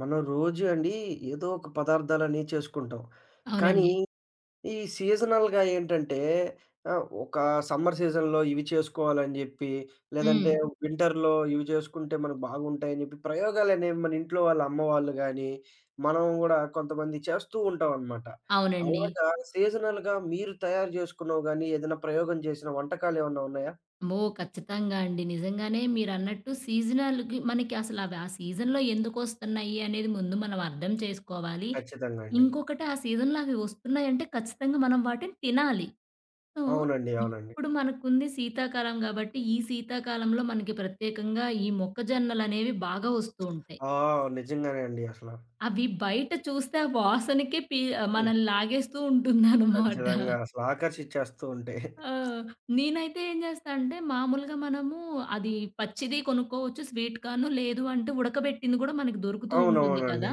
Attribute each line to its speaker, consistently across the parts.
Speaker 1: మనం రోజు అండి ఏదో ఒక పదార్థాలని చేసుకుంటాం. కానీ
Speaker 2: అవునండి.
Speaker 1: ఈ సీజనల్‌గా ఏంటంటే ఒక సమ్మర్ సీజన్‌లో ఇవి చేసుకోవాలని జెప్పి,
Speaker 2: హ్మ్.
Speaker 1: లేదంటే వింటర్‌లో ఇవి చేసుకుంటే మనకు బాగుంటాయని జెప్పి ప్రయోగాలనేవి మన ఇంట్లో వాళ్ళ అమ్మ వాళ్ళు గాని, మనం గూడా కొంతమంది చేస్తూ ఉంటాం అనమాట.
Speaker 2: అవునండి.
Speaker 1: అలాగా సీజనల్‌గా మీరు తయారు చేసుకున్నవి గాని, ఏదైనా ప్రయోగం చేసిన వంటకాలేమన్నా ఉన్నాయా?
Speaker 2: అమ్మో! ఖచ్చితంగా అండి. నిజంగానే మీరన్నట్టు సీజనల్‌కి మనకి అసలు అవి ఆ సీజన్‌లో ఎందుకొస్తున్నాయి అనేది ముందు మనం అర్థం చేసుకోవాలి.
Speaker 1: ఖచ్చితంగా అండి.
Speaker 2: ఇంకొకటి ఆ సీజన్‌లో అవి వస్తున్నాయంటే ఖచ్చితంగా మనం వాటిని తినాలి. సో,
Speaker 1: అవునండి. అవునండి.
Speaker 2: ఇప్పుడు మనకుంది శీతాకాలం గాబట్టి, ఈ శీతాకాలంలో మనకి ప్రత్యేకంగా ఈ మొక్కజొన్నలనేవి బాగా వస్తూ ఉంటాయి.
Speaker 1: ఆ! నిజంగానే అండి అసల.
Speaker 2: అవి బయట చూస్తే ఆ వాసనకే మనల్ని లాగేస్తూ ఉంటుందనమాట.
Speaker 1: ఖచ్చితంగా. అసలు ఆకర్షిచ్చేస్తూ ఉంటాయి.
Speaker 2: ఆ! నేనైతే ఏం జేస్తా అంటే మామూలుగా మనము అది పచ్చిది కొనుక్కోవచ్చు స్వీట్ కార్న్. లేదు అంటే ఉడకబెట్టింది గూడా మనకి దొరుకుతూ ఉంటుంది
Speaker 1: అవునవునండి.
Speaker 2: కదా!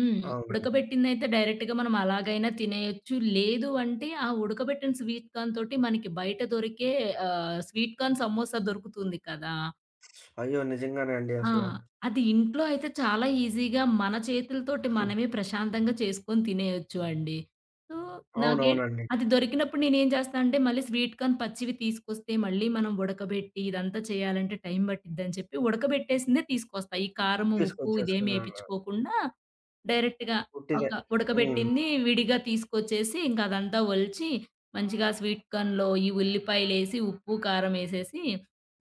Speaker 2: హ్మ్.
Speaker 1: అవునండి.
Speaker 2: ఉడకబెట్టిందయితే డైరెక్ట్‌గా మనం అలాగైనా తినేయొచ్చు. లేదు అంటే ఆ ఉడకబెట్టిన స్వీట్ కార్న్ తోటి మనకి బయట దొరికే స్వీట్ కార్న్ సమోసా దొరుకుతుంది కదా!
Speaker 1: అయ్యో! నిజంగానే అండి
Speaker 2: ఆ!
Speaker 1: అసల.
Speaker 2: అది ఇంట్లో అయితే చాలా ఈజీగా మన చేతులతోటి
Speaker 1: హ్మ్.
Speaker 2: మనమే ప్రశాంతంగా చేసుకొని తినేయొచ్చు అండి. సో, నాకే
Speaker 1: అవునవునండి.
Speaker 2: అది దొరికినప్పుడు నేనేం చేస్తా అంటే మళ్ళీ స్వీట్ కార్న్ పచ్చివి తీసుకొస్తే మళ్ళీ మనం ఉడకబెట్టి ఇదంతా చేయాలంటే టైం పట్టిద్దని చెప్పి ఉడకబెట్టేసిందే తీసుకొస్తా. ఈ కారం, ఉప్పు ఇదేమి
Speaker 1: తీసుకొచ్చేసుకునేవాళ్ళు.
Speaker 2: ఏపిచ్చుకోకుండా డైరెక్ట్‌గా ఒక
Speaker 1: ఉట్టిదే. హ్మ్.
Speaker 2: ఉడకబెట్టింది విడిగా తీసుకొచ్చేసి ఇంక అదంతా ఒలిచి మంచిగా స్వీట్ కార్న్‌లో ఈ ఉల్లిపాయలేసి, ఉప్పు, కారం ఏసేసి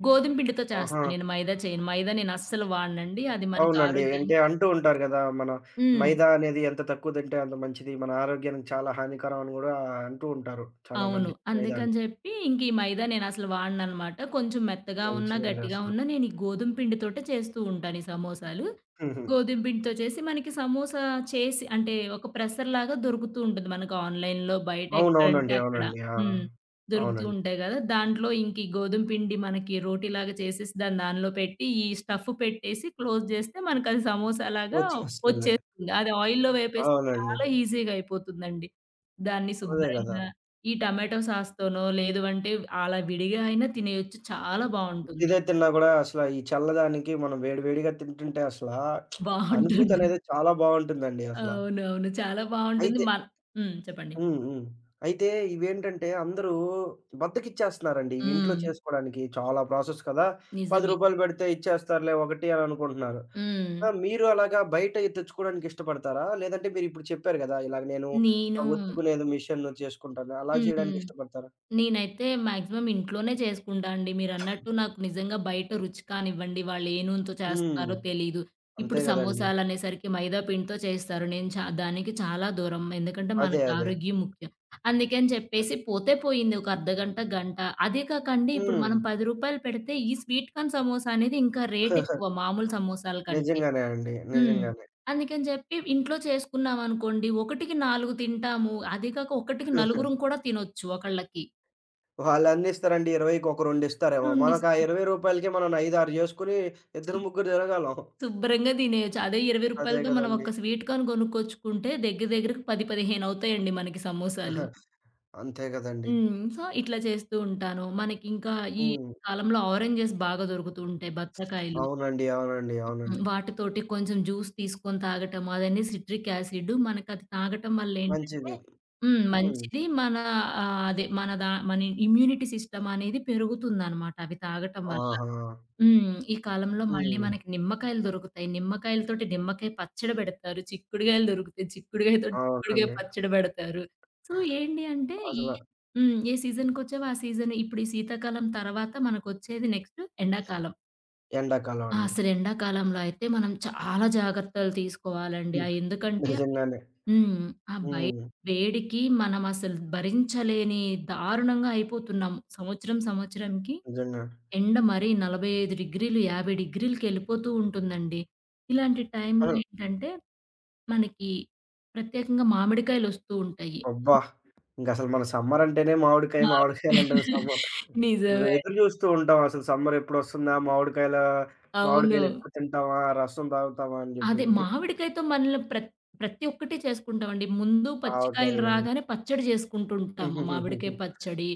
Speaker 2: గోధుమ పిండితో చేస్తా
Speaker 1: ఆహా!
Speaker 2: నేను, మైదా చేయను. మైదా నేనస్సలు వాడనండి. అది మనకి
Speaker 1: అవునండి. అంటే
Speaker 2: ఆరోగ్యానికి.
Speaker 1: అంటూ ఉంటారు గదా! మన
Speaker 2: హ్మ్.
Speaker 1: మైదా అనేది ఎంత తక్కువ తింటే అంత మంచిది. మన ఆరోగ్యానికి చాలా హానికరం అని గూడా అంటూ ఉంటారు
Speaker 2: అవును.
Speaker 1: చాలామంది
Speaker 2: అందుకని
Speaker 1: మైదాని.
Speaker 2: జెప్పి ఇంక ఈ మైదా నేనసలు వాడననమాట. కొంచెం మెత్తగా ఉన్నా,
Speaker 1: మంచిదండి
Speaker 2: గట్టిగా
Speaker 1: అసల.
Speaker 2: ఉన్నా నేను ఈ గోధుమ పిండితోటే చేస్తూ ఉంటాను ఈ సమోసాలు.
Speaker 1: హుహు.
Speaker 2: గోధుమ పిండితో చేసి మనకి సమోసా చేసి అంటే ఒక ప్రెసర్‌లాగా దొరుకుతూ ఉంటుంది మనకు ఆన్‌లైన్‌లో బయట ఎక్కడంటే
Speaker 1: అవునవునండి.
Speaker 2: అక్కడ.
Speaker 1: అవునండి. ఆ!
Speaker 2: హ్మ్. దొరుకుతూ
Speaker 1: అవునండి.
Speaker 2: ఉంటాయి గదా! దాంట్లో ఇంక ఈ గోధుమ పిండి మనకి రోటీలాగా చేసేసి దాన్ని దానిలో పెట్టి ఈ స్టఫ్ పెట్టేసి క్లోజ్ జేస్తే మనకది సమోసాలాగా
Speaker 1: వచ్చేస్తుంది.
Speaker 2: వచ్చేస్తుంది. అది ఆయిల్‌లో వేపేస్తే
Speaker 1: అవునండి.
Speaker 2: చాలా ఈజీగా అయిపోతుందండి. దాన్ని
Speaker 1: అదే గదా!
Speaker 2: శుభ్రంగా ఈ టమాటో సాస్‌తోనో, లేదు అంటే అలా విడిగా అయినా తినేయొచ్చు. చాలా బావుంటుంది.
Speaker 1: ఉట్టిదే తిన్నా గూడా అసల ఈ చల్లదానికి మనం వేడి వేడిగా తింటుంటే అసలా అనుభూతి
Speaker 2: బావుంటుంది.
Speaker 1: అనేది చాలా బావుంటుందండి అసల.
Speaker 2: అవునవును. చాలా బావుంటుంది.
Speaker 1: అయితే
Speaker 2: హ్మ్. చెప్పండి.
Speaker 1: హ్మ్. హ్మ్. అయితే ఇవేంటంటే అందరూ బద్ధకిచ్చేస్తున్నారండి. ఇవి ఇంట్లో
Speaker 2: హ్మ్.
Speaker 1: చేసుకోడానికి చాలా ప్రాసెస్ కదా! రూ.
Speaker 2: నిజమే.
Speaker 1: 10 పెడితే ఇచ్చేస్తారులే ఒకటి అని అనుకుంటున్నారు.
Speaker 2: హ్మ్.
Speaker 1: ఆ! మీరు అలాగా బయట తెచ్చుకోవడానికి ఇష్టపడతారా? లేదంటే మీరిప్పుడు చెప్పారు గదా! ఇలాగ నేను
Speaker 2: నేను
Speaker 1: ఒత్తుకునేది మిషన్ చేసుకుంటాను. అలా
Speaker 2: హ్మ్.
Speaker 1: చేయడానికి ఇష్టపడతారా?
Speaker 2: నేనైతే మాక్సిమం ఇంట్లోనే చేసుకుంటా అండి. మీరన్నట్టు నాకు నిజంగా బయట రుచి కానివ్వండి, వాళ్ళు ఏ నూనెతో
Speaker 1: హ్మ్.
Speaker 2: చేస్తారో తెలీదు.
Speaker 1: అంతే
Speaker 2: ఇప్పుడు
Speaker 1: గదండీ.
Speaker 2: సమోసాలనేసరికి మైదా పిండితో చేస్తారు. నేను దానికి చాలా దూరం. ఎందుకంటే
Speaker 1: అదే.
Speaker 2: మనకి
Speaker 1: అదే.
Speaker 2: ఆరోగ్యం ముఖ్యం. అందుకని చెప్పేసి పోతే పోయింది ఒక అర్ధగంట, గంట. అదే కాకండి ఇప్పుడు
Speaker 1: హ్మ్.
Speaker 2: మనం రూ. 10 పెడితే ఈ స్వీట్ కార్న్ సమోసా అనేది ఇంకా రేట్ ఎక్కువ మామూలు సమోసాల కంటే.
Speaker 1: నిజంగానే అండి.
Speaker 2: హ్మ్.
Speaker 1: నిజంగానే.
Speaker 2: అందుకని చెప్పి ఇంట్లో చేసుకున్నామనుకోండి, ఒకటికి 4 తింటాము. అది కాక ఒకటికి నలుగురం కూడా తినొచ్చు ఒకళ్ళకి.
Speaker 1: వాళ్ళెన్నిస్తారండి? 20కి ఒక రెండిస్తారేమో. మనకు ఆ
Speaker 2: రెండిస్తారు.
Speaker 1: ₹20కి మనం 5, 6 చేసుకొని
Speaker 2: శు
Speaker 1: ఇద్దరు, ముగ్గురు తిరగలం.
Speaker 2: శుభ్రంగా తినేయొచ్చు. అదే రూ.
Speaker 1: అదే
Speaker 2: 20తో మనం
Speaker 1: గదండీ!
Speaker 2: ఒక్క స్వీట్ కార్న్ కొనుక్కొచ్చుకుంటే దగ్గర దగ్గరకు 10, 15 అవుతాయండి మనకి సమోసాలు.
Speaker 1: అంతే గదండీ!
Speaker 2: హ్మ్. సో, ఇట్లా చేస్తూ ఉంటాను. మనకింకా ఈ
Speaker 1: హ్మ్.
Speaker 2: కాలంలో ఆరెంజెస్ బాగా దొరుకుతూ ఉంటాయి. బత్తకాయలు.
Speaker 1: అవునండి. అవునండి.
Speaker 2: హ్మ్.
Speaker 1: అవునండి.
Speaker 2: వాటితోటి కొంచెం జ్యూస్ తీసుకొని తాగటం. అదన్నీ సిట్రిక్ యాసిడ్. మనకది తాగటం వల్లేంటంటే
Speaker 1: మంచిది.
Speaker 2: హ్మ్.
Speaker 1: హ్మ్.
Speaker 2: మంచిది. అదే మన ఇమ్యూనిటీ సిస్టమ్ అనేది పెరుగుతుందనమాట అవి తాగటం వల్ల.
Speaker 1: ఆహా!
Speaker 2: హ్మ్. ఈ కాలంలో హ్మ్. మళ్ళీ
Speaker 1: హ్మ్.
Speaker 2: మనకి నిమ్మకాయలు దొరుకుతాయి. నిమ్మకాయలతోటి నిమ్మకాయ పచ్చడి బెడతారు. చిక్కుడుగాయలు దొరుకుతాయి. చిక్కుడుగాయతోటి చిక్కుడుగాయ
Speaker 1: అవునండి.
Speaker 2: పచ్చడి బెడతారు. సో, ఏంటి అంటే
Speaker 1: అసల
Speaker 2: హ్మ్. ఏ సీజన్‌కొచ్చావో ఆ సీజన్ ఇప్పుడు ఈ శీతాకాలం తర్వాత మనకొచ్చేది నెక్స్ట్ ఎండాకాలం.
Speaker 1: ఎండాకాలం
Speaker 2: ఆ!
Speaker 1: అండి.
Speaker 2: అసలు ఎండాకాలంలో అయితే మనం చాలా జాగ్రత్తలు తీసుకోవాలండి.
Speaker 1: హ్మ్.
Speaker 2: ఎందుకంటే
Speaker 1: నిజంగానే.
Speaker 2: హ్మ్. ఆ బయట
Speaker 1: హ్మ్.
Speaker 2: వేడికి మనం అసలు భరించలేని దారుణంగా అయిపోతున్నాము. సంవత్సరం సంవత్సరంకి
Speaker 1: నిజంగా.
Speaker 2: ఎండ మరీ 45 డిగ్రీలు, 50 డిగ్రీలకెళ్ళిపోతూ ఉంటుందండి. ఇలాంటి టైంలో
Speaker 1: ఆ!
Speaker 2: హ్మ్. ఏంటంటే, మనకి ప్రత్యేకంగా మామిడికాయలొస్తూ ఉంటాయి.
Speaker 1: అబ్బా! ఇంకసలు మన సమ్మర్ అంటేనే మామిడికాయ,
Speaker 2: మామిడికాయ
Speaker 1: మామిడికాయలంటేనే సమ్మర్.
Speaker 2: నిజమే
Speaker 1: ఎదురు
Speaker 2: అండి.
Speaker 1: జూస్తూ ఉంటాం అసలు సమ్మర్ ఎప్పుడొస్తుందా? మామిడికాయల
Speaker 2: అవును.
Speaker 1: మామిడికాయలు ఎప్పుడు తింటామా? రసం తాగుతామా? అని జెప్పి.
Speaker 2: అదే మామిడికాయతో మనలో ప్రతి ఒక్కటి చేసుకుంటామండి. ముందు
Speaker 1: ఆవకాయ
Speaker 2: పచ్చికాయలు
Speaker 1: గాని.
Speaker 2: రాగానే పచ్చడి చేసుకుంటుంటాము. మామిడికాయ పచ్చడి,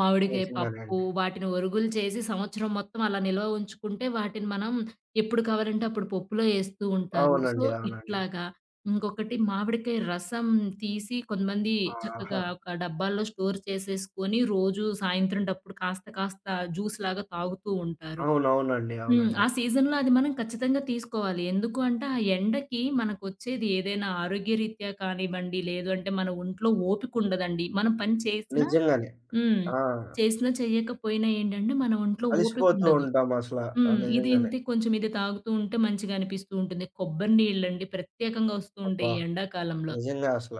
Speaker 2: మామిడికాయ
Speaker 1: నిజంగానే
Speaker 2: పప్పు
Speaker 1: అండి.
Speaker 2: వాటిని ఒరుగులు చేసి సంవత్సరం మొత్తం అలా నిల్వ ఉంచుకుంటే వాటిని మనం ఎప్పుడు కావాలంటే అప్పుడు పప్పులో ఏస్తూ ఉంటారు. సో,
Speaker 1: అవునండి. అవునండి.
Speaker 2: ఇట్లాగా ఇంకొకటి మామిడికాయ రసం తీసి కొంతమంది చక్కగా
Speaker 1: ఆహా!
Speaker 2: ఒక డబ్బాల్లో స్టోర్ చేసేసుకొని రోజు సాయంత్రం టప్పుడు కాస్త కాస్త జ్యూస్‌లాగా తాగుతూ ఉంటారు.
Speaker 1: అవునవునండి.
Speaker 2: హ్మ్. ఆ
Speaker 1: అవునండి.
Speaker 2: సీజన్‌లో అది మనం ఖచ్చితంగా తీసుకోవాలి. ఎందుకు అంటే, ఆ ఎండకి మనకొచ్చేది ఏదైనా ఆరోగ్యరీత్యా కానివ్వండి, లేదు అంటే మన ఒంట్లో ఓపిక ఉండదండి. మనం పని చేసినా
Speaker 1: నిజంగానే.
Speaker 2: హ్మ్.
Speaker 1: ఆ!
Speaker 2: చేసినా చేయకపోయినా ఏంటంటే, మన ఒంట్లో
Speaker 1: అలిసిపోతూ
Speaker 2: ఓపికుండదు.
Speaker 1: ఉంటాం అసల. ఆ!
Speaker 2: హ్మ్. ఇది
Speaker 1: నిజంగానే.
Speaker 2: ఇంతే, కొంచెం ఇది తాగుతూ ఉంటే మంచిగా అనిపిస్తూ ఉంటుంది. కొబ్బరి నీళ్ళండి ప్రత్యేకంగా వస్తూ
Speaker 1: అబ్బా!
Speaker 2: ఉంటాయి ఈ ఎండాకాలంలో.
Speaker 1: నిజంగా అసల.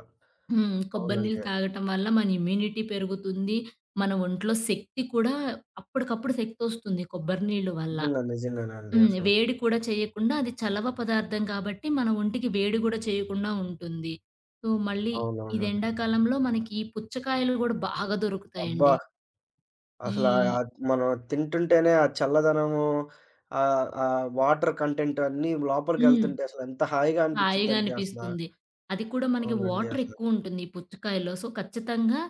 Speaker 2: హ్మ్. కొబ్బరి నీళ్ళు
Speaker 1: అవునండి.
Speaker 2: తాగటం వల్ల మన ఇమ్యూనిటీ పెరుగుతుంది. మన ఒంట్లో శక్తి కూడా అప్పటికప్పుడు శక్తొస్తుంది కొబ్బరి నీళ్ళు వల్ల.
Speaker 1: నిజంగా నిజంగానే అండి
Speaker 2: హ్మ్.
Speaker 1: అసల.
Speaker 2: వేడి కూడా చేయకుండా అది చలవ పదార్థం కాబట్టి మన ఒంటికి వేడి గూడా చేయకుండా ఉంటుంది. సో, మళ్ళీ ఇది
Speaker 1: అవునవునండి.
Speaker 2: ఎండాకాలంలో మనకి ఈ పుచ్చకాయలు గూడా బాగా
Speaker 1: అబ్బా!
Speaker 2: దొరుకుతాయండి. ఈ
Speaker 1: అసలా మనం తింటుంటేనే ఆ చల్లదనము ఆ వాటర్ కంటెంట్ అన్నీ
Speaker 2: హ్మ్.
Speaker 1: లోపలికెళ్తుంటే అసలెంత హాయిగా
Speaker 2: హాయిగా
Speaker 1: అనిపిచ్చిద్దంటే అసల.
Speaker 2: అనిపిస్తుంది. అది కూడా మనకి
Speaker 1: అవునండి.
Speaker 2: వాటర్
Speaker 1: అసల.
Speaker 2: ఎక్కువుంటుంది ఈ పుచ్చకాయలో. సో, ఖచ్చితంగా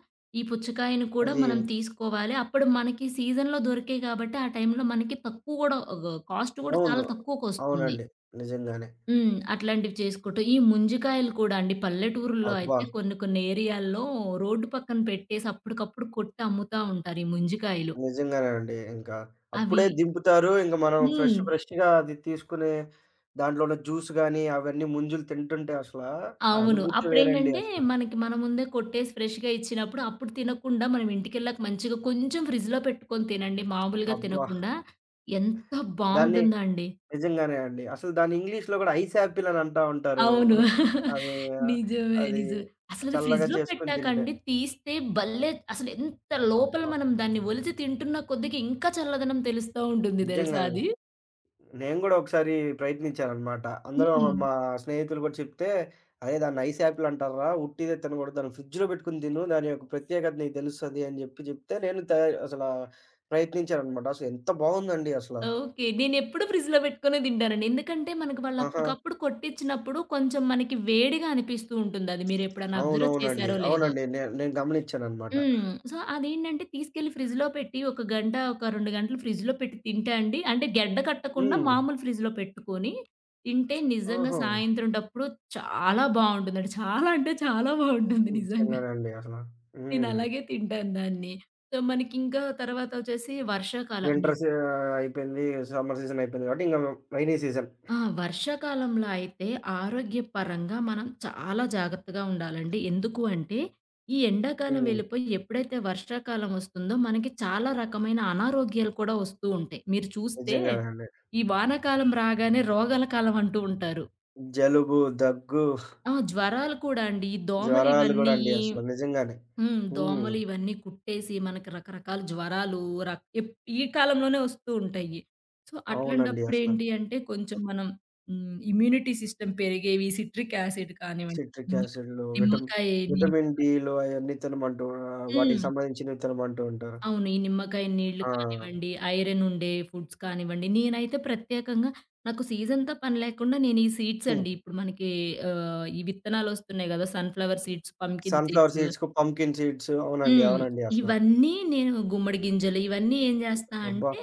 Speaker 2: ఈ పుచ్చకాయను కూడా
Speaker 1: అది
Speaker 2: మనం తీసుకోవాలి. అప్పుడు మనకి సీజన్‌లో దొరికేయి కాబట్టి ఆ టైంలో మనకి తక్కువ గూడా కాస్ట్ గూడా చాలా
Speaker 1: అవును.
Speaker 2: తక్కువకొస్తుంది.
Speaker 1: అవునండి. నిజంగానే.
Speaker 2: హ్మ్. అట్లాంటివి చేసుకుంటూ ఈ ముంజికాయలు కూడా అండి పల్లెటూరుల్లో
Speaker 1: అబ్బా!
Speaker 2: అయితే కొన్ని కొన్ని ఏరియాల్లో రోడ్డు పక్కన పెట్టేసి అప్పటికప్పుడు కొట్టి అమ్ముతా ఉంటారు ఈ ముంజికాయలు.
Speaker 1: నిజంగానేనండి. ఇంకా
Speaker 2: అవి
Speaker 1: అప్పుడే దింపుతారు. ఇంక మనం ఫ్రెష్
Speaker 2: హ్మ్.
Speaker 1: ఫ్రెష్‌గా అది తీసుకునే దాంట్లో ఉన్న జ్యూస్ గాని అవన్నీ ముంజులు తింటుంటే అసల ఆ
Speaker 2: అవును.
Speaker 1: అనుభూతి వేరండి
Speaker 2: అప్పుడేంటంటే
Speaker 1: అసల.
Speaker 2: మనకి మన ముందే కొట్టేసి ఫ్రెష్‌గా ఇచ్చినప్పుడు అప్పుడు తినకుండా మనం ఇంటికెళ్ళాక మంచిగా కొంచెం ఫ్రిడ్జ్‌లో పెట్టుకొని తినండి, మామూలుగా
Speaker 1: అబ్బా!
Speaker 2: తినకుండా. ఎంత
Speaker 1: దాన్ని
Speaker 2: బావుంటుందో అండి.
Speaker 1: నిజంగానే అండి. అసలు దాన్ని ఇంగ్లీష్‌లో గూడా ఐస్ యాపిల్ అని అంటా ఉంటారు.
Speaker 2: అవును.
Speaker 1: అది
Speaker 2: నిజమే.
Speaker 1: అది
Speaker 2: నిజమే. అసలది
Speaker 1: చల్లగా
Speaker 2: ఫ్రిడ్జ్‌లో
Speaker 1: చేసుకొని తింటే.
Speaker 2: పెట్టాకండి తీస్తే భలే అసలెంత లోపల
Speaker 1: అబ్బా!
Speaker 2: మనం దాన్ని ఒలిచి తింటున్న కొద్దికి ఇంకా చల్లదనం తెలుస్తా ఉంటుంది తెలుసా
Speaker 1: నిజంగానే.
Speaker 2: అది?
Speaker 1: నేను గూడా ఒకసారి ప్రయత్నించాననమాట. అందులో
Speaker 2: హ్మ్.
Speaker 1: మా స్నేహితులు గూడా చెప్తే, "అరే! దాన్ని ఐస్ యాపిల్ అంటార్రా. ఉట్టిదే తినగూడదు. దాన్ని ఫ్రిడ్జ్‌లో పెట్టుకొని తిను. దాని యొక్క ప్రత్యేకత నీకు తెలుస్తది" అని జెప్పి చెప్తే నేను అసల ప్రయత్నించాననమాట. అసలు ఎంత బావుందండి అసల.
Speaker 2: ఓకే. నేనెప్పుడు ఫ్రిడ్జ్‌లో పెట్టుకొనే తింటానండి. ఎందుకంటే మనకు వాళ్ళు
Speaker 1: ఆహా!
Speaker 2: అప్పటికప్పుడు కొట్టిచ్చినప్పుడు కొంచెం మనకి వేడిగా అనిపిస్తూ ఉంటుందది. మీరెప్పుడైనా అబ్జర్వ్
Speaker 1: అవునవునండి.
Speaker 2: చేశారో లేదో.
Speaker 1: అవునండి. నేను గమనిచ్చాననమాట.
Speaker 2: హ్మ్. సో, అదేంటంటే తీసుకెళ్ళి ఫ్రిడ్జ్‌లో పెట్టి ఒక గంట, ఒక 2 గంటలు ఫ్రిడ్జ్‌లో పెట్టి తింటే అండి, అంటే గడ్డ కట్టకుండా
Speaker 1: హ్మ్.
Speaker 2: మామూలు ఫ్రిడ్జ్‌లో పెట్టుకొని తింటే నిజంగా
Speaker 1: ఓహో!
Speaker 2: సాయంత్రం టప్పుడు చాలా బావుంటుందండి. చాలా అంటే చాలా బావుంటుంది నిజంగా.
Speaker 1: నిజంగానండి అసల. హ్మ్.
Speaker 2: నేనలాగే తింటాను దాన్ని. సో, మనకింకా తర్వాతొచ్చేసి వర్షాకాలం
Speaker 1: వింటర్ అయిపోయింది. సమ్మర్ సీజన్ అయిపోయింది కాబట్టి ఇంక రైనీ సీజన్.
Speaker 2: ఆ! వర్షాకాలంలో అయితే ఆరోగ్యపరంగా మనం చాలా జాగ్రత్తగా ఉండాలండి. ఎందుకు అంటే, ఈ ఎండాకాలం
Speaker 1: హ్మ్.
Speaker 2: వెళ్ళిపోయి ఎప్పుడైతే వర్షాకాలం వస్తుందో మనకి చాలా రకమైన అనారోగ్యాలు కూడా వస్తూ ఉంటాయి. మీరు చూస్తే
Speaker 1: నిజంగానే అండి.
Speaker 2: ఈ వానాకాలం రాగానే రోగాల కాలం అంటూ ఉంటారు.
Speaker 1: జలుబు, దగ్గు,
Speaker 2: ఆ! జ్వరాలు కూడా అండి. ఈ దోమలు
Speaker 1: జ్వరాలు
Speaker 2: ఇవన్నీ
Speaker 1: గూడా అండి అసలు నిజంగానే.
Speaker 2: హ్మ్.
Speaker 1: హ్మ్.
Speaker 2: దోమలు ఇవన్నీ కుట్టేసి మనకి రకరకాల జ్వరాలు రక్ ఎప్ ఈ కాలంలోనే వస్తూ ఉంటాయి. సో,
Speaker 1: అవునండి అసల.
Speaker 2: అట్లాంటప్పుడేంటి అంటే కొంచెం మనం హ్మ్. ఇమ్యూనిటీ సిస్టమ్ పెరిగేవి సిట్రిక్ యాసిడ్ కానివ్వండి,
Speaker 1: సిట్రిక్
Speaker 2: నిమ్మకా
Speaker 1: యాసిడ్‌లు,
Speaker 2: నిమ్మకాయ నీళ్
Speaker 1: విటమిన్ డీ‌లు అయన్నీ తినమంటూ వాటికి
Speaker 2: హ్మ్.
Speaker 1: సంబంధించినవి తినమంటూ ఉంటారు.
Speaker 2: అవును. ఈ నిమ్మకాయ నీళ్లు
Speaker 1: ఆ!
Speaker 2: కానివ్వండి, ఐరన్ ఉండే ఫుడ్స్ కానివ్వండి, నేనైతే ప్రత్యేకంగా నాకు సీజన్‌తో పని లేకుండా నేను ఈ సీడ్స్
Speaker 1: హ్మ్.
Speaker 2: అండి ఇప్పుడు మనకి ఈ విత్తనాలొస్తున్నాయి గదా! Sunflower seeds, pumpkin
Speaker 1: sunflower
Speaker 2: seeds.
Speaker 1: సీడ్స్‌కు, పంకిన్ సీడ్స్ అవునండి.
Speaker 2: హ్మ్.
Speaker 1: అవునండి అసల.
Speaker 2: ఇవన్నీ నేను గుమ్మడి గింజలు ఇవన్నీ ఏం జేస్తా
Speaker 1: అబ్బా!
Speaker 2: అంటే,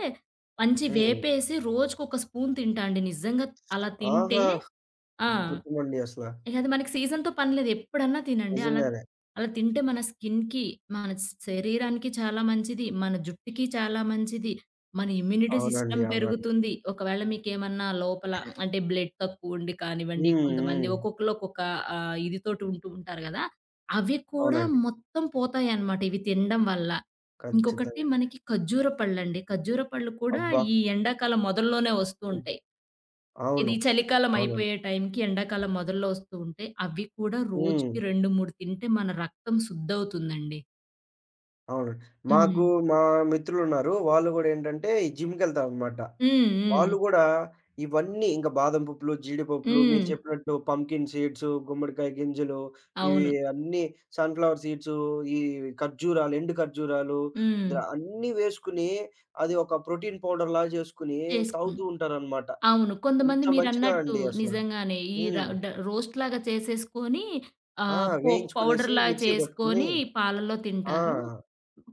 Speaker 2: మంచి
Speaker 1: హ్మ్.
Speaker 2: వేపేసి రోజుకొక స్పూన్ తింటా అండి. నిజంగా అలా తింటే
Speaker 1: ఆహా!
Speaker 2: ఆ!
Speaker 1: అద్భుతమండి అసల.
Speaker 2: ఇక అది మనకి సీజన్‌తో పని లేదు. ఎప్పుడన్నా తినండి. అలా
Speaker 1: నిజంగానే.
Speaker 2: అలా తింటే మన స్కిన్‌కి, మన శరీరానికి చాలా మంచిది. మన జుట్టుకి చాలా మంచిది. మన ఇమ్యూనిటీ
Speaker 1: అవునండి.
Speaker 2: సిస్టమ్
Speaker 1: అవునండి.
Speaker 2: పెరుగుతుంది. ఒకవేళ మీకేమన్నా లోపల అంటే బ్లడ్ తక్కువ ఉండి కానివ్వండి,
Speaker 1: హ్మ్.
Speaker 2: కొంతమంది
Speaker 1: హ్మ్.
Speaker 2: ఒక్కొక్కళ్ళు ఒక్కొక్క ఇది తోటి ఉంటూ ఉంటారు గదా! అవి కూడా
Speaker 1: అవునండి.
Speaker 2: మొత్తం పోతాయన్నమాట ఇవి తినడం వల్ల. ఇంకొకటి
Speaker 1: ఖచ్చితంగా.
Speaker 2: మనకి ఖర్జూర పళ్ళండి. ఖర్జూర పళ్ళు కూడా
Speaker 1: అబ్బా!
Speaker 2: ఈ ఎండాకాలం మొదల్లోనే వస్తూ
Speaker 1: హ్మ్.
Speaker 2: ఉంటాయి. ఇది
Speaker 1: అవును.
Speaker 2: చలికాలం
Speaker 1: అవునండి.
Speaker 2: అయిపోయే టైంకి ఎండాకాలం మొదల్లో వస్తూ ఉంటే, అవి కూడా
Speaker 1: హ్మ్.
Speaker 2: రోజుకి 2, 3 తింటే మన రక్తం శుద్ధవుతుందండి.
Speaker 1: అవును.
Speaker 2: హ్మ్.
Speaker 1: మాకు మా మిత్రులున్నారు. వాళ్ళు గూడా ఏంటంటే ఈ జిమ్‌కెళ్తారనమాట.
Speaker 2: హ్మ్. హ్మ్.
Speaker 1: వాళ్ళు గూడా ఇవన్నీ ఇంక బాదం పప్పులు, జీడిపప్పులు మీరు
Speaker 2: హ్మ్.
Speaker 1: చెప్పినట్టు పంకిన్ సీడ్స్, గుమ్మడికాయ గింజలు ఇవి
Speaker 2: అవును.
Speaker 1: అన్నీ సన్‌ఫ్లవర్ సీడ్స్, ఈ ఖర్జూరాలు, ఎండు ఖర్జూరాలు
Speaker 2: హ్మ్.
Speaker 1: అన్నీ వేసుకొని అది ఒక ప్రోటీన్ పౌడర్‌లా జేసుకొని
Speaker 2: చేసుకున్
Speaker 1: తాగుతూ ఉంటారనమాట.
Speaker 2: అవును. కొంతమంది
Speaker 1: ఎంత మంచిదో
Speaker 2: మీరన్నట్టు
Speaker 1: అండి అసల.
Speaker 2: నిజంగానే ఈ ర
Speaker 1: హ్మ్.
Speaker 2: డ రోస్ట్‌లాగా చేసేసుకొని
Speaker 1: ఆ! వేయించుకునేసి
Speaker 2: పౌడర్‌లా
Speaker 1: మిక్సీ పట్టుకుని
Speaker 2: చేసుకొని పాలల్లో తింటారు.
Speaker 1: ఆ!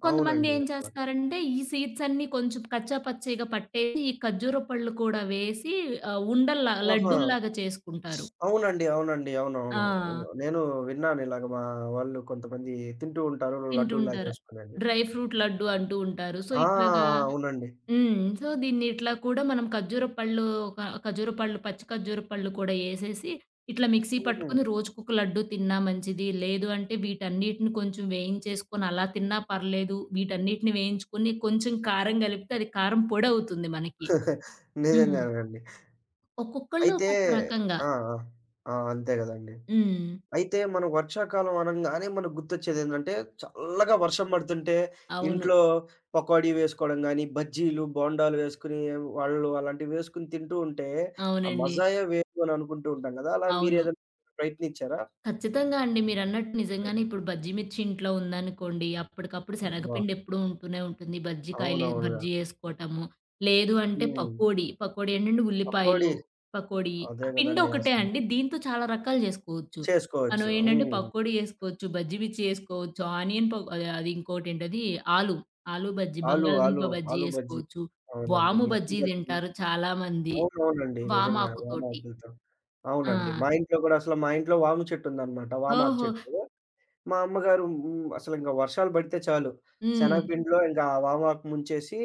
Speaker 2: కొంతమంది
Speaker 1: అవునండి.
Speaker 2: ఏం
Speaker 1: అబ్బా!
Speaker 2: చేస్తారంటే, ఈ సీడ్స్ అన్నీ కొంచెం కచ్చా పచ్చిగా పట్టేసి, ఈ ఖర్జూర పళ్ళు కూడా వేసి ఉండల్లా
Speaker 1: ఆహా!
Speaker 2: లడ్డూల్లాగా చేసుకుంటారు.
Speaker 1: అవునండి. అవునండి. అవునవును.
Speaker 2: ఆ!
Speaker 1: నేను విన్నాను ఇలాగ మా వాళ్ళు కొంతమంది తింటూ ఉంటారు లడ్డూల్లా
Speaker 2: తింటుంటారు.
Speaker 1: చేసుకొనండి.
Speaker 2: డ్రై ఫ్రూట్ లడ్డు అంటూ ఉంటారు. సో,
Speaker 1: ఆ!
Speaker 2: ఇట్లాగా
Speaker 1: అవునండి.
Speaker 2: హ్మ్. సో, దీన్ని ఇట్లా కూడా మనం ఖర్జూర పళ్ళు ఒక ఖర్జూర పళ్ళు, పచ్చి ఖర్జూర పళ్ళు కూడా ఏసేసి, ఇట్లా మిక్సీ
Speaker 1: హుహు.
Speaker 2: పట్టుకొని రోజుకొక లడ్డు తిన్నా మంచిది. లేదు అంటే వీటన్నిటిని కొంచెం వేయించేసుకొని అలా తిన్నా పర్లేదు. వీటన్నిటిని వేయించుకొని కొంచెం కారం కలిపితే అది కారం పొడవుతుంది మనకి. హ్మ్.
Speaker 1: నిజంగానండి.
Speaker 2: ఒక్కొక్కళ్ళు
Speaker 1: అయితే
Speaker 2: ఒక్కొక్క రకంగా.
Speaker 1: ఆ! ఆ! ఆ! అంతే గదండీ.
Speaker 2: హ్మ్.
Speaker 1: అయితే మనం వర్షాకాలం అనంగానే మనకు గుర్తొచ్చేదేంటంటే, చల్లగా వర్షం పడుతుంటే
Speaker 2: అవును.
Speaker 1: ఇంట్లో పకోడీ వేసుకోవడం గానీ, బజ్జీలు, బోండాలు వేసుకొని వాళ్ళు అలాంటివి వేసుకొని తింటూ ఉంటే, ఆ
Speaker 2: అవునండి.
Speaker 1: మజాయే వేరు అని అనుకుంటూ ఉంటాం గదా! అలా
Speaker 2: అవును.
Speaker 1: మీరేదైనా ప్రయత్నించారా?
Speaker 2: ఖచ్చితంగా అండి. మీరన్నట్టు నిజంగానే ఇప్పుడు బజ్జీ మిర్చి ఇంట్లో ఉందనుకోండి, అప్పటికప్పుడు
Speaker 1: అబ్బా!
Speaker 2: శనగపిండి ఎప్పుడూ ఉంటూనే ఉంటుంది. బజ్జీ కాయలే
Speaker 1: అవునవునుగా.
Speaker 2: బజ్జీ ఏసుకోటము. లేదు అంటే
Speaker 1: హ్మ్.
Speaker 2: పకోడీ. ఏంటంటే
Speaker 1: పకోడీ
Speaker 2: ఉల్లిపాయలు, పకోడీ. ఆ
Speaker 1: అదే గదండీ
Speaker 2: పిండొకటే
Speaker 1: అసల.
Speaker 2: అండి. దీంతో చాలా రకాలు జేసుకోవచ్చు. మనం
Speaker 1: చేసుకోవచ్చు.
Speaker 2: ఏంటంటే
Speaker 1: హ్మ్.
Speaker 2: పకోడీ ఏసుకోవచ్చు, బజ్జీ మిర్చి ఏసుకోవచ్చు, ఆనియన్ అది అది ఇంకోటేంటది ఆలు. ఆలు బజ్జీ,
Speaker 1: ఆలు,
Speaker 2: బంగాళదుంప
Speaker 1: ఆలు,
Speaker 2: బజ్జీ
Speaker 1: ఆలు బజ్జీ.
Speaker 2: ఏసుకోవచ్చు.
Speaker 1: అవునండి.
Speaker 2: వాము
Speaker 1: మిర్చి
Speaker 2: బజ్జీ
Speaker 1: బజ్జీ.
Speaker 2: తింటారు చాలామంది
Speaker 1: అవునవునండి. నిజంగానే
Speaker 2: వామాకుతోటి.
Speaker 1: వామాకులతో.
Speaker 2: ఆ!
Speaker 1: అవునండి. మా ఇంట్లో గూడా అసలు మా ఇంట్లో వాము చెట్టుందనమాట. వామాకు
Speaker 2: ఓహో!
Speaker 1: చెట్టు. మా అమ్మగారు హ్మ్. అసలింక వర్షాలు పడితే చాలు.
Speaker 2: హ్మ్.
Speaker 1: శనగపిండిలో ఇంక ఆ వామాకు ముంచేసి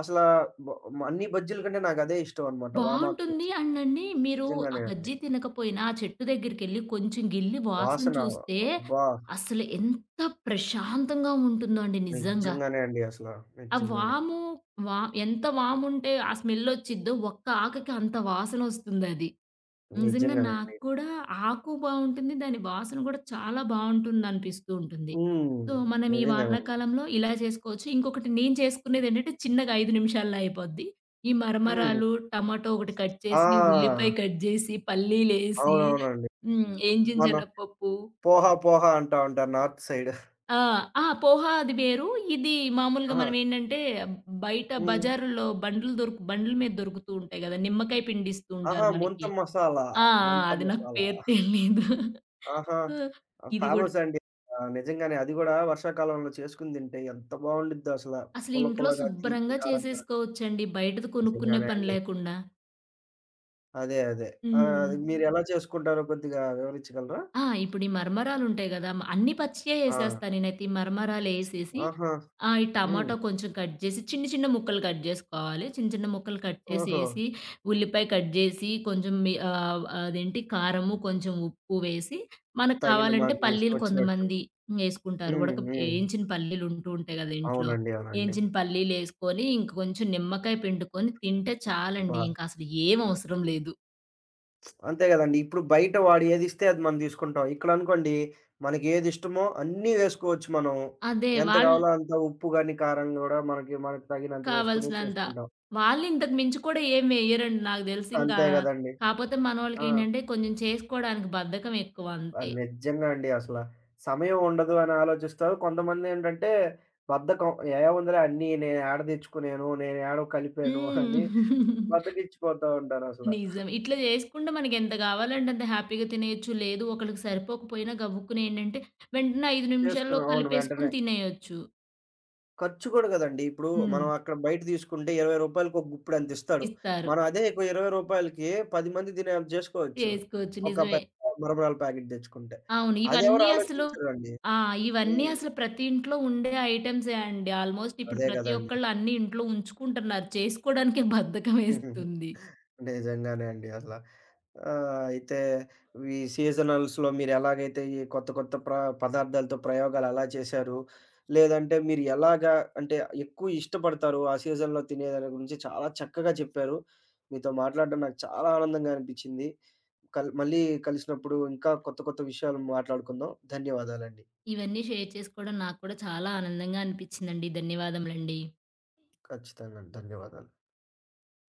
Speaker 1: అసలా బ అన్ని బజ్జీల కంటే నాకదే ఇష్టం అనమాట. వామాకు
Speaker 2: బావుంటుంది.
Speaker 1: బజ్జీ.
Speaker 2: అండ్ అండి మీరు ఆ
Speaker 1: నిజంగానే అండి.
Speaker 2: బజ్జీ తినకపోయినా ఆ చెట్టు దగ్గరికెళ్లి కొంచెం గిల్లి వాసన
Speaker 1: వాసన
Speaker 2: చూస్తే
Speaker 1: అబ్బా!
Speaker 2: అసలు ఎంత ప్రశాంతంగా ఉంటుందో అండి నిజంగా.
Speaker 1: నిజంగానే అండి అసల.
Speaker 2: ఆ
Speaker 1: నిజంగానే.
Speaker 2: వాము వా ఎంత వాముంటే ఆ స్మెల్లొచ్చిద్దో, ఒక్క ఆకకి అంత వాసనొస్తుందది. నిజంగా
Speaker 1: నిజంగానే
Speaker 2: నాకు
Speaker 1: అండి.
Speaker 2: కూడా ఆకు బావుంటుంది. దాని వాసన కూడా చాలా బావుంటుందనిపిస్తూ ఉంటుంది.
Speaker 1: హ్మ్.
Speaker 2: సో, మనం ఈ
Speaker 1: నిజంగానండి.
Speaker 2: వానాకాలంలో ఇలా చేసుకోవచ్చు. ఇంకొకటి నేను చేసుకునేదేంటంటే, చిన్నగా 5 నిమిషాల్లో అయిపోద్ది. ఈ
Speaker 1: హ్మ్.
Speaker 2: మరమరాలు, టమాటో ఒకటి కట్ చేసి,
Speaker 1: ఆ!
Speaker 2: ఉల్లిపాయ కట్ జేసి, పల్లీలేసి,
Speaker 1: అవునవునండి.
Speaker 2: హ్మ్. ఏంజిన్
Speaker 1: మనం
Speaker 2: శనగపప్పు.
Speaker 1: పోహా, పోహా అంటా ఉంటారు నార్త్ సైడ్.
Speaker 2: ఆ! ఆ! పోహా అది వేరు. ఇది మామూలుగా
Speaker 1: ఆహా!
Speaker 2: మనమేంటంటే, బయట
Speaker 1: హ్మ్.
Speaker 2: బజారులో బండ్ల మీద దొరుకుతూ ఉంటాయి గదా! నిమ్మకాయ పిండిస్తూ
Speaker 1: ఆహా!
Speaker 2: ఉంటారు
Speaker 1: ముంత
Speaker 2: మనకి.
Speaker 1: మసాలా.
Speaker 2: ఆ! ఆ!
Speaker 1: ముంత
Speaker 2: అది నాకు
Speaker 1: మసాలా.
Speaker 2: పేరు తెలీదు.
Speaker 1: ఆహా!
Speaker 2: సో,
Speaker 1: ఆ!
Speaker 2: ఇది గూడా
Speaker 1: ఫేమస్ అండి. ఆ! నిజంగానే అది గూడా వర్షాకాలంలో చేసుకొని తింటే ఎంత బావుండిద్దో అసల.
Speaker 2: అసలు
Speaker 1: పుల్ల
Speaker 2: ఇంట్లో
Speaker 1: పుల్లగా, తీపి,
Speaker 2: శుభ్రంగా
Speaker 1: కారం కారం.
Speaker 2: చేసేసుకోవచ్చండి. బయటది కొనుక్కునే
Speaker 1: నిజంగానే
Speaker 2: పని
Speaker 1: అండి.
Speaker 2: లేకుండా.
Speaker 1: అదే. అదే. ఆ! అది
Speaker 2: హ్మ్.
Speaker 1: మీరెలా చేసుకుంటారో కొద్దిగా వివరించగలరా?
Speaker 2: ఆ! ఇప్పుడు ఈ మరమరాలుంటాయి గదా! అన్ని పచ్చియే
Speaker 1: ఆ!
Speaker 2: ఏసేస్తా నేనైతే. ఈ మరమరాలేసేసి
Speaker 1: ఆహా!
Speaker 2: ఈ
Speaker 1: హ్మ్.
Speaker 2: టమాటో కొంచెం కట్ జేసి చిన్న చిన్న ముక్కలు కట్ జేసుకోవాలి. చిన్న చిన్న ముక్కలు కట్
Speaker 1: ఓహో!
Speaker 2: చేసేసి, ఉల్లిపాయ కట్ జేసి, కొంచెం అదేంటి కారము, కొంచెం ఉప్పు వేసి, మనకు
Speaker 1: తగిన
Speaker 2: కావాలంటే
Speaker 1: మాకు
Speaker 2: పల్లీలు
Speaker 1: ఇష్టమొచ్చినట్టు.
Speaker 2: కొంతమంది ఏసుకుంటారు.
Speaker 1: హ్మ్. హ్మ్.
Speaker 2: ఏంచిన పల్లీలుంటూ ఉంటాయి గదా! ఇంట్లో.
Speaker 1: అవునండి. అవునండి.
Speaker 2: ఏంచిన పల్లీలేసుకొని, ఇంక కొంచెం నిమ్మకాయ పిండుకొని తింటే చాలండి.
Speaker 1: బా
Speaker 2: ఇంకసలు ఏం అవసరం లేదు.
Speaker 1: అంతే గదండీ. ఇప్పుడు బయట వాడు ఏదిస్తే అది మనం తీసుకుంటాం. ఇక్కడనుకోండి మనకి ఏదిష్టమో అన్నీ వేసుకోవచ్చు మనం.
Speaker 2: అదే
Speaker 1: ఎంత
Speaker 2: వాళ్
Speaker 1: కావాలో అంత ఉప్పు గాని, కారం గూడా మనకి మనకు తగినంత వేసుకొని
Speaker 2: కావాల్సినంత.
Speaker 1: చేసుకుంటాం.
Speaker 2: వాళ్ళు ఇంతకు మించి కూడా ఏం వెయ్యరండి నాకు తెలిసి ఇంకా.
Speaker 1: అంతే గదండీ.
Speaker 2: కాపోతే
Speaker 1: ఆ!
Speaker 2: మనోళ్ళకేంటంటే కొంచెం చేసుకోడానికి బద్ధకం ఎక్కువ
Speaker 1: అది
Speaker 2: అంతే.
Speaker 1: నిజంగా అండి అసల. సమయం ఉండదు అని ఆలోచిస్తారు. కొంతమందేంటంటే బద్ధకం. ఏముందిలే అన్నీ నేను ఏడ తెచ్చుకునేను, నేను ఏడో కలిపాను
Speaker 2: హ్మ్.
Speaker 1: అని బద్ధకిచ్చిపోతా ఉంటారసల.
Speaker 2: నిజం. ఇట్లా చేసుకుంటే మనకెంత కావాలంటే అంత హ్యాపీగా తినేయొచ్చు. లేదు ఒకళ్ళకి సరిపోకపోయినా గబుక్కున ఏంటంటే వెంటనే 5 నిమిషాల్లో
Speaker 1: చేసుకున్నాం. అవును. వెంటనే.
Speaker 2: కలిపేసుకొని తినేయొచ్చు.
Speaker 1: ఖర్చు కూడా కదండీ. ఇప్పుడు
Speaker 2: హ్మ్.
Speaker 1: మనం అక్కడ బయట తీసుకుంటే ₹20కి ఒక గుప్పెడు అంతిస్తాడు.
Speaker 2: ఇస్తారు.
Speaker 1: మనం అదే ఇక ₹20కి 10 మంది తినేంత చేసుకోవచ్చు.
Speaker 2: చేసుకోవచ్చు.
Speaker 1: ఒక
Speaker 2: నిజమే.
Speaker 1: పెద్ద మరమరాల ప్యాకెట్ తెచ్చుకుంటే.
Speaker 2: అవును.
Speaker 1: అదెవరు
Speaker 2: ఇవన్నీ అసలు
Speaker 1: ఆలోచించరండి.
Speaker 2: ఆ! ఇవన్నీ
Speaker 1: హ్మ్.
Speaker 2: అసలు ప్రతి ఇంట్లో ఉండే ఐటెమ్సే అండి. ఆల్‌మోస్ట్ ఇప్పుడు
Speaker 1: అదే
Speaker 2: ప్రతి
Speaker 1: గదండీ!
Speaker 2: ఒక్కళ్ళు అన్నీ ఇంట్లో ఉంచుకుంటున్నారు. చేసుకోవడానికే
Speaker 1: హుహుహు.
Speaker 2: బద్ధకమేస్తుంది.
Speaker 1: నిజంగానే అండి అసల. అయితే ఈ సీజనల్స్‌లో మీరెలాగైతే ఈ కొత్త కొత్త పదార్థాలతో ప్రయోగాలెలా చేశారు? లేదంటే మీరు ఎలాగా అంటే ఎక్కువ ఇష్టపడతారు ఆ సీజన్‌లో తినేదాని గురించి చాలా చక్కగా చెప్పారు. మీతో మాట్లాడడం నాకు చాలా ఆనందంగా అనిపిచ్చింది. కల్ మళ్ళీ కలిసినప్పుడు ఇంకా కొత్త కొత్త విషయాలు మాట్లాడుకుందాం. ధన్యవాదాలండి.
Speaker 2: ఇవన్నీ షేర్ చేసుకోవడం నాకు కూడా చాలా ఆనందంగా అనిపిచ్చిందండి. ధన్యవాదములండి.
Speaker 1: ఖచ్చితంగా ధన్యవాదాలు.